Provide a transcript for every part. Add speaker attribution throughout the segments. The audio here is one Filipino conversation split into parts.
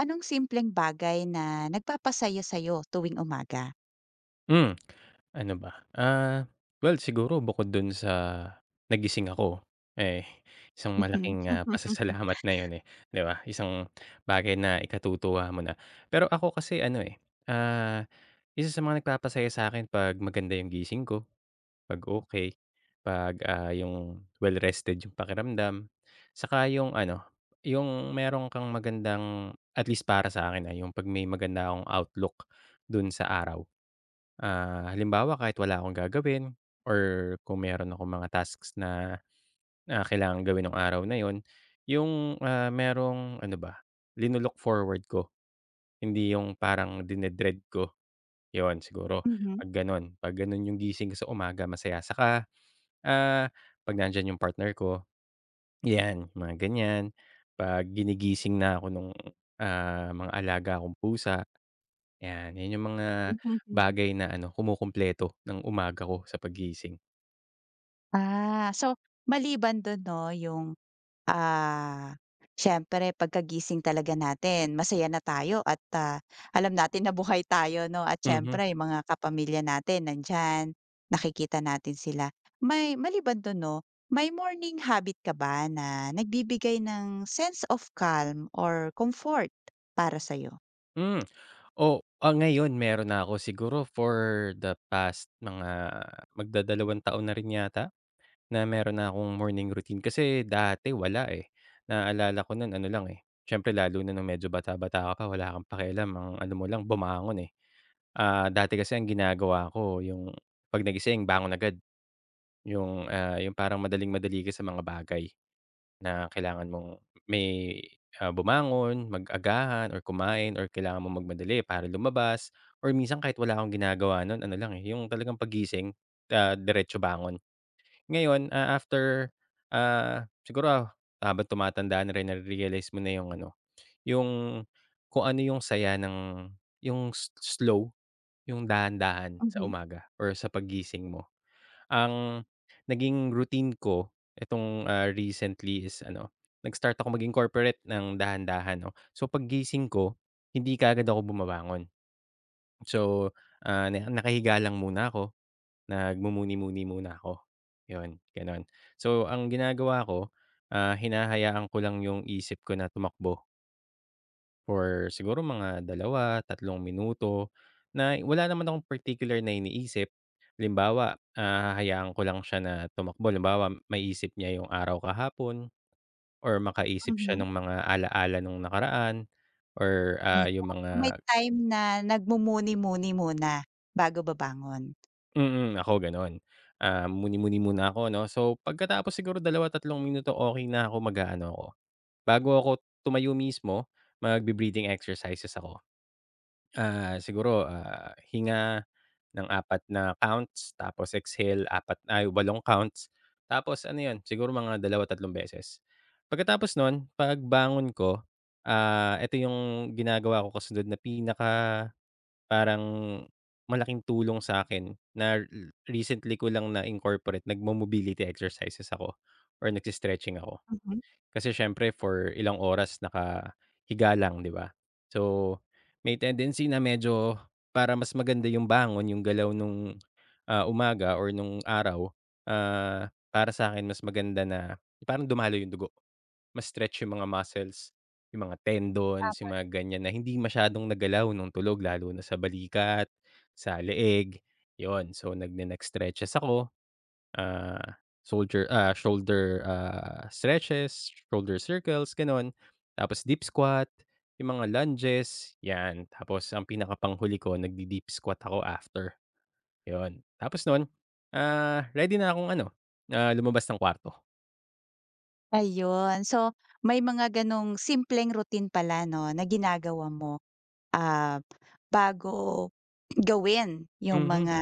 Speaker 1: Anong simpleng bagay na nagpapasaya sa'yo tuwing umaga?
Speaker 2: Hmm, ano ba, well siguro bukod dun sa nagising ako, eh, isang
Speaker 1: Mhm.
Speaker 2: malaking, pasasalamat na yun, eh, 'di ba? Isang bagay na ikatutuwa mo na. Pero ako kasi ano, eh, ah, isa sa mga nagpapasaya sa'kin 'pag maganda yung gising ko, 'pag okey, 'pag yung well-rested yung pakiramdam, saka yung ano, yung meron kang magandang at least para sa'kin, yung 'pag may maganda akong outlook dun sa araw. Halimbawa kahit wala akong gagawin or kung meron akong mga tasks na, kailangang gawin ng araw na yon yung, merong ano ba, lino forward ko, hindi yung parang dinedread ko, yon siguro
Speaker 1: Mhm.
Speaker 2: 'pag gano'n. 'Pag gano'n yung gising ko sa umaga masaya. Saka, ah, 'pag nandiyan yung partner ko, 'yan mga ganyan. 'Pag ginigising na ako nung mga alaga kong pusa, 'yan. Yun yung mga
Speaker 1: Mhm.
Speaker 2: bagay na ano, kumukumpleto ng umaga ko sa paggising.
Speaker 1: So maliban dun 'no yung, ah, siyempre pagkagising talaga natin masaya na tayo at, alam natin na buhay tayo 'no at
Speaker 2: Mhm.
Speaker 1: siyempre yung mga kapamilya natin nandiyan, nakikita natin sila. May maliban dun 'no, may morning habit ka ba na nagbibigay ng sense of calm or comfort para sa
Speaker 2: hmm. O ngayon meron na ako siguro for the past mga magdadalawang taon na rin yata na meron na akong morning routine kasi dati wala, eh. Naalala ko no'n ano lang, eh, siyempre lalo na nung medyo bata-bata ka pa wala kang pakialam ang ano mo lang bumangon, eh. Dati kasi ang ginagawa ko yung 'pag nagising bangon agad, yung yung parang madaling-madali ka sa mga bagay. Na kailangan mong may, bumangon, mag-agahan or kumain or kailangan mong magmadali para lumabas or minsan kahit wala akong ginagawa nun ano lang, eh, yung talagang pagising, diretso bangon. Ngayon, siguro habang tumatanda na rin nare-realize mo na yung ano, yung kung ano yung saya ng yung s slow, yung dahan-dahan sa
Speaker 1: Mhm,
Speaker 2: umaga or sa pagising mo. Ang naging routine ko itong, recently is ano, nag-start ako maging corporate ng dahan-dahan 'no. So paggising ko, hindi kaagad ako bumabangon. So, na nakahiga lang muna ako, nagmumuni-muni muna ako, yon, gano'n. So ang ginagawa ko, hinahayaan ko lang yung isip ko na tumakbo. For siguro mga dalawa, tatlong minuto na wala naman akong particular na iniisip. Halimbawa, hahayaan ko lang siya na tumakbo. Halimbawa, maisip niya yung araw kahapon or makaisip siya
Speaker 1: mhm.
Speaker 2: ng mga ala-ala nung nakaraan or, ah, yung
Speaker 1: Ayan. So, may
Speaker 2: mga
Speaker 1: time na nagmumuni-muni muna bago babangon.
Speaker 2: mm, mm, ako gano'n. Muni-muni muna ako 'no. So, pagkatapos siguro dalawa, tatlong minuto, okey na ako, mag-aano ako, bago ako tumayo mismo, mag breathing exercises ako. Siguro, hinga Ng apat na counts, tapos exhale apat ay 8 counts. Tapos ano 'yun, siguro mga 2, 3 beses. Pagkatapos nun, pagbangon ko, ito yung ginagawa ko kasunod na pinaka parang malaking tulong sa akin. Na recently ko lang na-incorporate, nagmo-mobility exercises ako or nagse ako.
Speaker 1: Mhm.
Speaker 2: Kasi siyempre for ilang oras nakahiga lang, 'di ba? So, may tendency na medyo para mas maganda yung bangon, yung galaw nung, umaga or nung araw, para sa akin mas maganda na parang dumalo yung dugo, mas stretch yung mga muscles, yung mga tendons, yung mga ganyan na hindi masyadong nagalaw nung tulog lalo na sa balikat, sa leeg, yon. So, nagne-neck stretches ako. Ah, shoulder stretches, shoulder circles, gano'n. Tapos deep squat, yung mga lunges, 'yan. Tapos ang pinakapanghuli ko nagde-deep squat ako after, 'yun. Tapos no'n, ready na akong ano, lumabas ng kwarto.
Speaker 1: Ayun. So, may mga gano'ng simpleng routine pala 'no, na ginagawa mo, ah, bago gawin yung
Speaker 2: Mhm,
Speaker 1: mga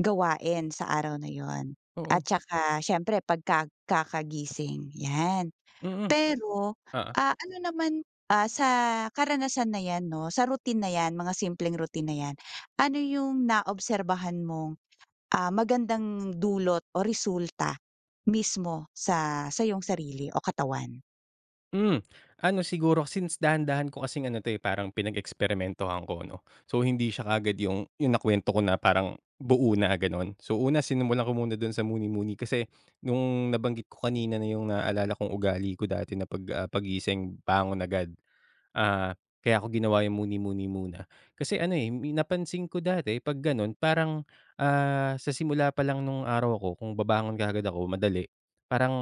Speaker 1: gawain sa araw na 'yon at
Speaker 2: oo.
Speaker 1: tsaka siyempre pagka kakagising, 'yan.
Speaker 2: Mm.
Speaker 1: Pero, ano naman, sa karanasan na 'yan 'no, sa routine na 'yan, mga simpleng routine na 'yan, ano yung naobserbahan mong magandang dulot o resulta mismo sa iyong sarili o katawan.
Speaker 2: Hmm, ano siguro since dahan-dahan ko kasing ano 'to, eh, parang pinag-eksperimentuhan ko 'no. So hindi siya kaagad yung nakwento ko na parang buo na gano'n. So una sinimulan ko muna do'n sa muni-muni kasi nung nabanggit ko kanina na yung naalala kong ugali ko dati na 'pag, paggising bangon agad. Ah, Kaya ako ginawa yung muni-muni muna. Kasi ano, eh, mi napansin ko dati 'pag gano'n parang, sa simula pa lang nung araw ko kung babangon kaagad ako madali, parang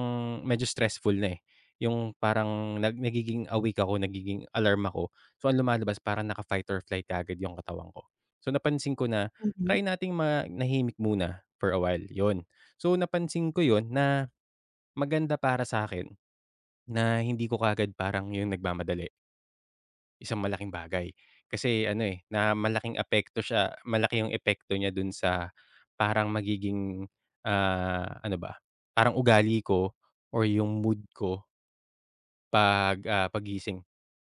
Speaker 2: medyo stressful na, eh. Yung parang nag nagiging awake ako, nagiging alarm ako. So, ang lumalabas parang naka-fight or flight kaagad yung katawan ko. So, napansin ko na
Speaker 1: Mhm,
Speaker 2: try nating manahimik muna for a while, yon. So, napansin ko 'yun na maganda para sa akin na hindi ko kaagad parang yung nagmamadali. Isang malaking bagay. Kasi ano, eh, na malaking apekto siya malaki yung epekto niya dun sa parang magiging, ano ba, parang ugali ko or yung mood ko 'pag, paggising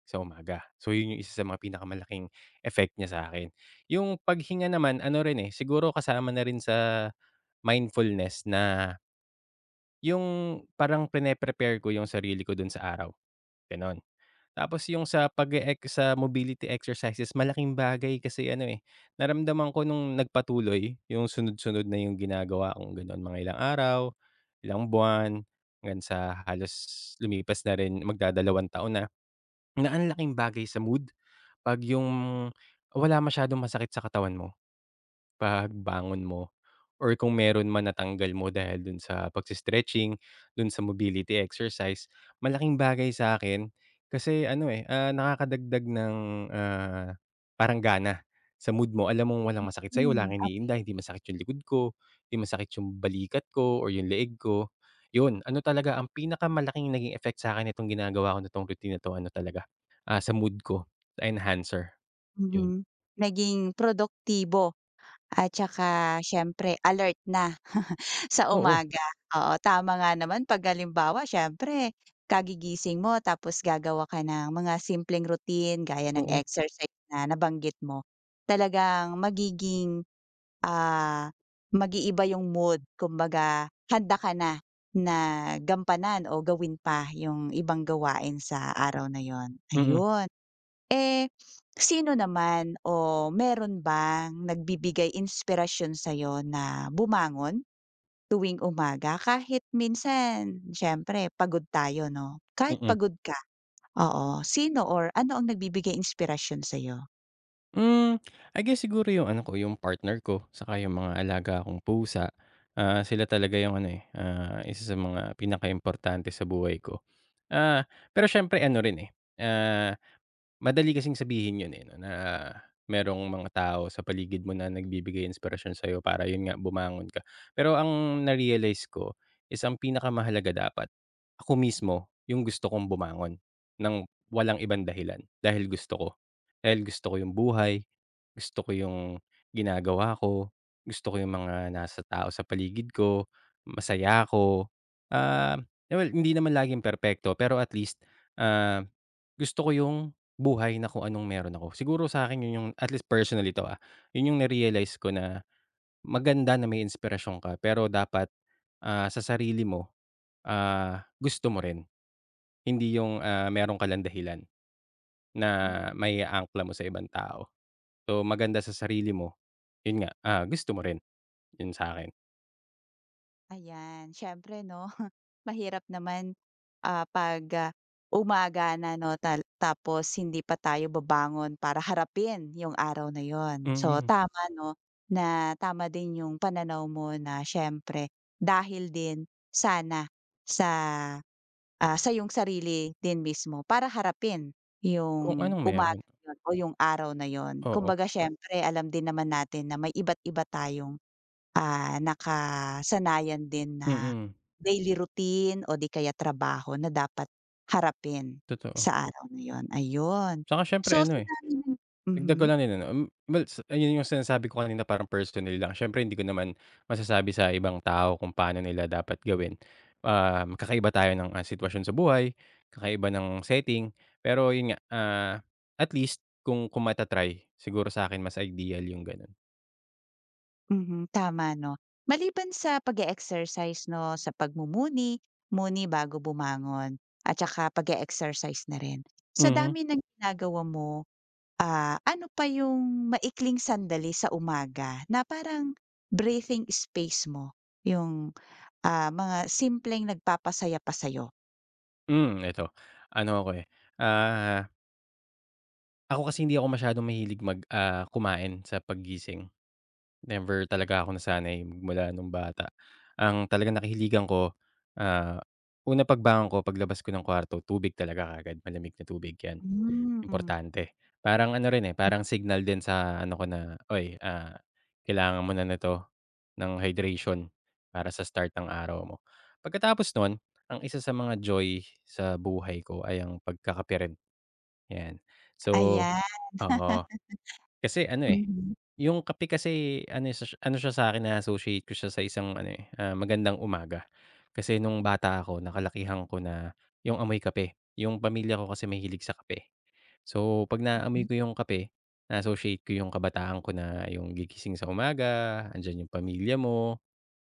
Speaker 2: sa umaga. So, yun yung isa sa mga pinakamalaking effect niya sa akin. Yung paghinga naman ano rin, eh, siguro kasama na rin sa mindfulness na yung parang pine-prepare ko yung sarili ko dun sa araw, gano'n. Tapos yung sa pag e sa mobility exercises malaking bagay kasi ano, eh, naramdaman ko nung nagpatuloy yung sunod-sunod na yung ginagawa kong gano'n, mga ilang araw, ilang buwan, hanggang sa halos lumipas na rin magdadalawang taon na, na ang laking bagay sa mood 'pag yung wala masyadong masakit sa katawan mo pagbangon mo or kung meron man natanggal mo dahil dun sa pagsi stretching dun sa mobility exercise, malaking bagay sa akin, kasi ano, eh, nakakadagdag ng, ah, parang gana sa mood mo. Alam mong walang masakit sa'yo, wala
Speaker 1: hmm.
Speaker 2: kang
Speaker 1: Ap
Speaker 2: iniinda, hindi masakit yung likod ko, hindi masakit yung balikat ko or yung leeg ko. Yun, ano talaga ang pinakamalaking naging effect sa'kin nitong ginagawa ko na 'tong routine na 'to ano talaga, sa mood ko, sa enhancer, yun.
Speaker 1: mhm, naging produktibo at saka siyempre alert na sa
Speaker 2: Oo,
Speaker 1: umaga. Oo, tama nga naman 'pag halimbawa siyempre kagigising mo tapos gagawa ka ng mga simpleng routine gaya ng
Speaker 2: oo.
Speaker 1: exercise na nabanggit mo, talagang magiging ah, mag-iiba yung mood kumbaga handa ka na, na gampanan o gawin pa yung ibang gawain sa araw na yon
Speaker 2: Mm,
Speaker 1: ayun. Eh, sino naman o meron bang nagbibigay inspirasyon sa'yo na bumangon tuwing umaga kahit minsan siyempre pagod tayo 'no? Kahit
Speaker 2: mm.
Speaker 1: pagod ka, oo, sino or ano ang nagbibigay inspirasyon sa'yo?
Speaker 2: Hmm, I guess siguro yung ano ko, yung partner ko, saka yung mga alaga kong pusa. Sila talaga yung ano, eh, isa sa mga pinakaimportante sa buhay ko. Ah, pero siyempre ano rin, eh, ah Madali kasing sabihin yun, eh, 'no, na merong mga tao sa paligid mo na nagbibigay inspirasyon sa'yo para yun nga, bumangon ka. Pero ang na-realize ko is ang pinakamahalaga dapat, ako mismo yung gusto kong bumangon ng walang ibang dahilan, dahil gusto ko. Dahil gusto ko yung buhay, gusto ko yung ginagawa ko, gusto ko yung mga nasa tao sa paligid ko, masaya ako. Ah, eh, well, hindi naman laging perpekto pero at least, ah, gusto ko yung buhay na kung anong meron ako. Siguro sa'kin yun yung at least personally 'to, yun yung na ko na maganda na may inspirasyon ka pero dapat, sa sarili mo, gusto mo rin. Hindi yung, meron ka lang dahilan na
Speaker 1: Mhm,
Speaker 2: maiaangkla mo sa ibang tao. So, maganda sa sarili mo, yun nga, gusto mo rin, yun sa'kin.
Speaker 1: ayan siyempre 'no? Mahirap naman, 'pag, umaga na 'no tal tapos hindi pa tayo babangon para harapin yung araw na yon. So,
Speaker 2: Mm,
Speaker 1: tama 'no, na tama din yung pananaw mo na siyempre dahil din sana sa, sa yung sarili din mismo para harapin
Speaker 2: kung
Speaker 1: yung
Speaker 2: anong
Speaker 1: umaga
Speaker 2: meron,
Speaker 1: na yun o yung araw na yun.
Speaker 2: oo.
Speaker 1: Kumbaga siyempre alam din naman natin na may iba't iba tayong Ah, nakasanayan din na
Speaker 2: Mm,
Speaker 1: daily routine o di kaya trabaho na dapat harapin
Speaker 2: totoo.
Speaker 1: sa araw na yun, ayun.
Speaker 2: Tsaka siyempre
Speaker 1: So
Speaker 2: ano,
Speaker 1: sa
Speaker 2: eh.
Speaker 1: dami ng mhm,
Speaker 2: Dagdag ko lang din ano, well sa ayun yung sinasabi ko kanina parang personal lang. Siyempre hindi ko naman masasabi sa ibang tao kung paano nila dapat gawin. Kakaiba tayo ng, sitwasyon sa buhay, kakaiba ng setting. Pero yun nga, at least kung mata-try, siguro sa'kin mas ideal yung gano'n.
Speaker 1: mhm, tama 'no. Maliban sa pag exercise 'no, sa pagmumuni, muni bago bumangon at saka pag exercise na rin. Sa
Speaker 2: Mhm.
Speaker 1: dami ng ginagawa mo, ano pa yung maikling sandali sa umaga na parang breathing space mo, yung Ah, mga simpleng nagpapasaya pa sa'yo.
Speaker 2: Eto, ano ako, eh, ah, ako kasi hindi ako masyadong mahilig mag, kumain sa paggising. Never talaga ako nasanay mula nung bata. Ang talagang nakahiligan ko, ah, una pagbangon ko paglabas ko ng kwarto tubig talaga kagad malamig na tubig 'yan,
Speaker 1: Hmm.
Speaker 2: importante. Parang ano rin, eh, parang signal din sa ano ko na, oy kailangan mo na nito ng hydration para sa start ng araw mo. Pagkatapos nun, ang isa sa mga joy sa buhay ko ay ang pagkakape rin, 'yan. So
Speaker 1: Ayan.
Speaker 2: oo, kasi ano, eh,
Speaker 1: Mhm,
Speaker 2: yung kape kasi ano siya siya ano siya sa'kin na-associate ko siya sa isang ano, eh, magandang umaga. Kasi nung bata ako nakalakihan ko na yung amoy kape. Yung pamilya ko kasi mahilig sa kape. So, 'pag naaamoy
Speaker 1: hmm.
Speaker 2: ko yung kape, na-associate ko yung kabataan ko na yung gigising sa umaga, andiyan yung pamilya mo,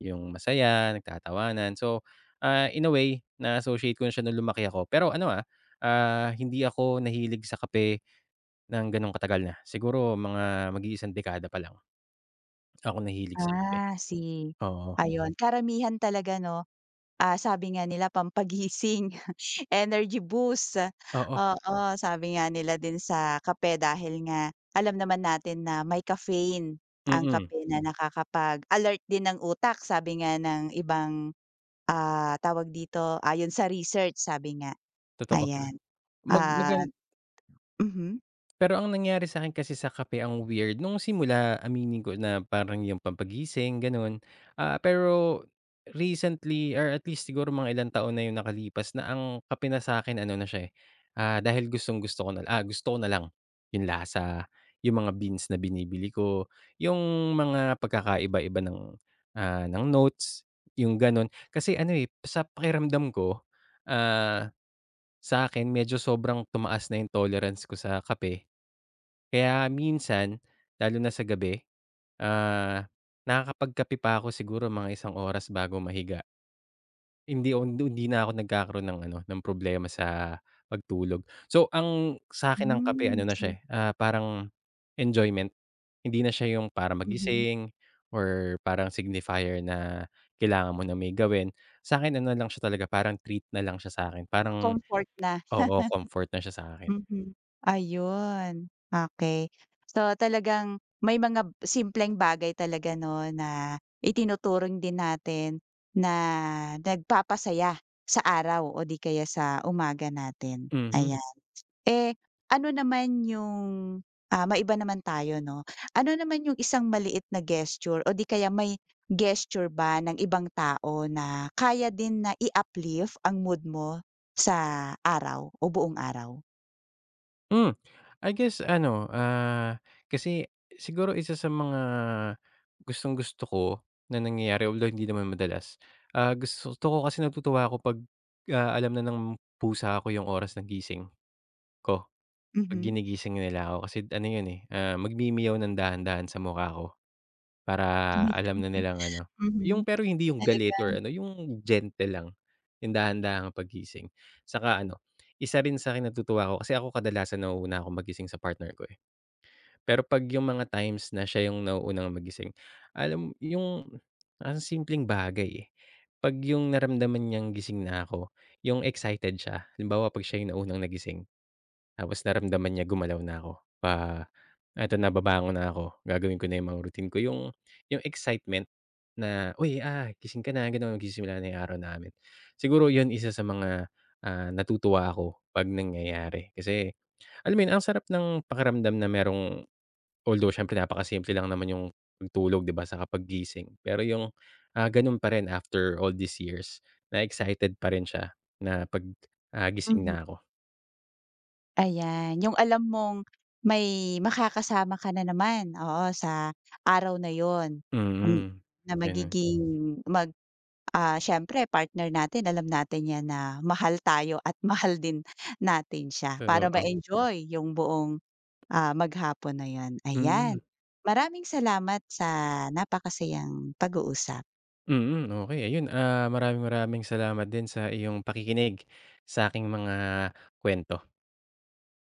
Speaker 2: yung masaya, nagtatawanan. So, in a way na-associate ko na siya nung lumaki ako. Pero ano, hindi ako nahilig sa kape ng gano'n katagal na. Siguro mga mag-iisang dekada pa lang. Ako nahilig sa kape.
Speaker 1: Ah, si
Speaker 2: Oo,
Speaker 1: ayun karamihan talaga 'no, sabi nga nila pampagising, energy boost.
Speaker 2: oo,
Speaker 1: Oo, sabi nga nila din sa kape dahil nga alam naman natin na may caffeine ang
Speaker 2: mm,
Speaker 1: kape na nakakapag-alert din ng utak sabi nga ng ibang, tawag dito, ayon sa research sabi nga,
Speaker 2: totoo.
Speaker 1: ayan.
Speaker 2: Mag
Speaker 1: Ah
Speaker 2: magan.
Speaker 1: mhm.
Speaker 2: Pero ang nangyari sa akin kasi sa kape ang weird, nung simula aminin ko na parang yung pampagising gano'n. Pero recently or at least siguro mga ilang taon na yung nakalipas na ang kape na sa akin ano na siya, eh, dahil gustong-gusto ko na gusto ko na lang yung lasa, yung mga beans na binibili ko, yung mga pagkakaiba-iba ng, ng notes, yung gano'n. Kasi ano, eh, sa pakiramdam ko, ah, sa akin medyo sobrang tumaas na yung tolerance ko sa kape. Kaya minsan, lalo na sa gabi, ah, nakakapagkape pa ako siguro mga isang oras bago mahiga. Hindi na ako nagkakaroon ng ano, ng problema sa pagtulog. So, ang sa'kin ang kape
Speaker 1: Hmm,
Speaker 2: ano na
Speaker 1: si
Speaker 2: siya, eh, parang enjoyment. Hindi na siya yung para
Speaker 1: mhm.
Speaker 2: magising or parang signifier na kailangan mo na may gawin. Sa'kin ano lang siya talaga, parang treat na lang siya sa'kin. Parang
Speaker 1: Comfort na,
Speaker 2: oo, comfort na siya sa'kin.
Speaker 1: mhm. Ayun, okey. So, talagang may mga simpleng bagay talaga 'no, na itinuturing din natin na nagpapasaya sa araw o di kaya sa umaga natin,
Speaker 2: Mhm.
Speaker 1: ayan. Eh, ano naman yung, maiba naman tayo 'no. Ano naman yung isang maliit na gesture o di kaya may gesture ba ng ibang tao na kaya din na i-uplift ang mood mo sa araw o buong araw?
Speaker 2: Hmm, I guess ano, kasi siguro isa sa mga gustong-gusto ko na nangyayari although hindi naman madalas, gusto ko kasi natutuwa ako 'pag, alam na ng pusa ko yung oras ng gising ko, 'pag
Speaker 1: Mhm.
Speaker 2: ginigising nila ako kasi ano yun, eh, magmimeow ng dahan-dahan sa mukha ko. Para
Speaker 1: Mhm.
Speaker 2: alam na nilang ano, yung
Speaker 1: Mhm.
Speaker 2: pero hindi yung galit
Speaker 1: Talaga.
Speaker 2: or ano, yung gentle lang, yung dahan-dahang paggising. Saka ano, isa rin sa'kin natutuwa ako kasi ako kadalasan nauuna akong magising sa partner ko, eh. Pero 'pag yung mga times na siya yung nauunang magising, alam yung ang simpleng bagay, eh. 'Pag yung naramdaman niyang gising na ako, yung excited siya. Halimbawa 'pag siya yung naunang nagising. Tapos naramdaman niya gumalaw na ako, pa eto na na ako, gagawin ko na yung mga routine ko, yung excitement na, "Uy, gising ka na," gano'n, magsisimula na yung araw namin. Siguro yun isa sa mga, natutuwa ako 'pag nangyayari kasi alam mo yun, ang sarap ng pakiramdam na merong although siyempre napakasimple lang naman yung pagtulog 'di ba, saka paggising. Pero yung, gano'n pa rin after all these years na excited pa rin siya na 'pag, gising
Speaker 1: Mhm.
Speaker 2: na ako.
Speaker 1: Ayan, yung alam mong may makakasama ka na naman, oo, sa araw na yon,
Speaker 2: Mm,
Speaker 1: na
Speaker 2: gano'n.
Speaker 1: magiging mag Ah, siyempre partner natin alam natin 'yan na mahal tayo at mahal din natin siya para
Speaker 2: Totoo.
Speaker 1: ma-enjoy yung buong, maghapon na 'yun,
Speaker 2: Mm,
Speaker 1: ayan. Maraming salamat sa napakasayang pag-uusap.
Speaker 2: mm, okey ayun, maraming maraming salamat din sa iyong pakikinig sa aking mga kuwento.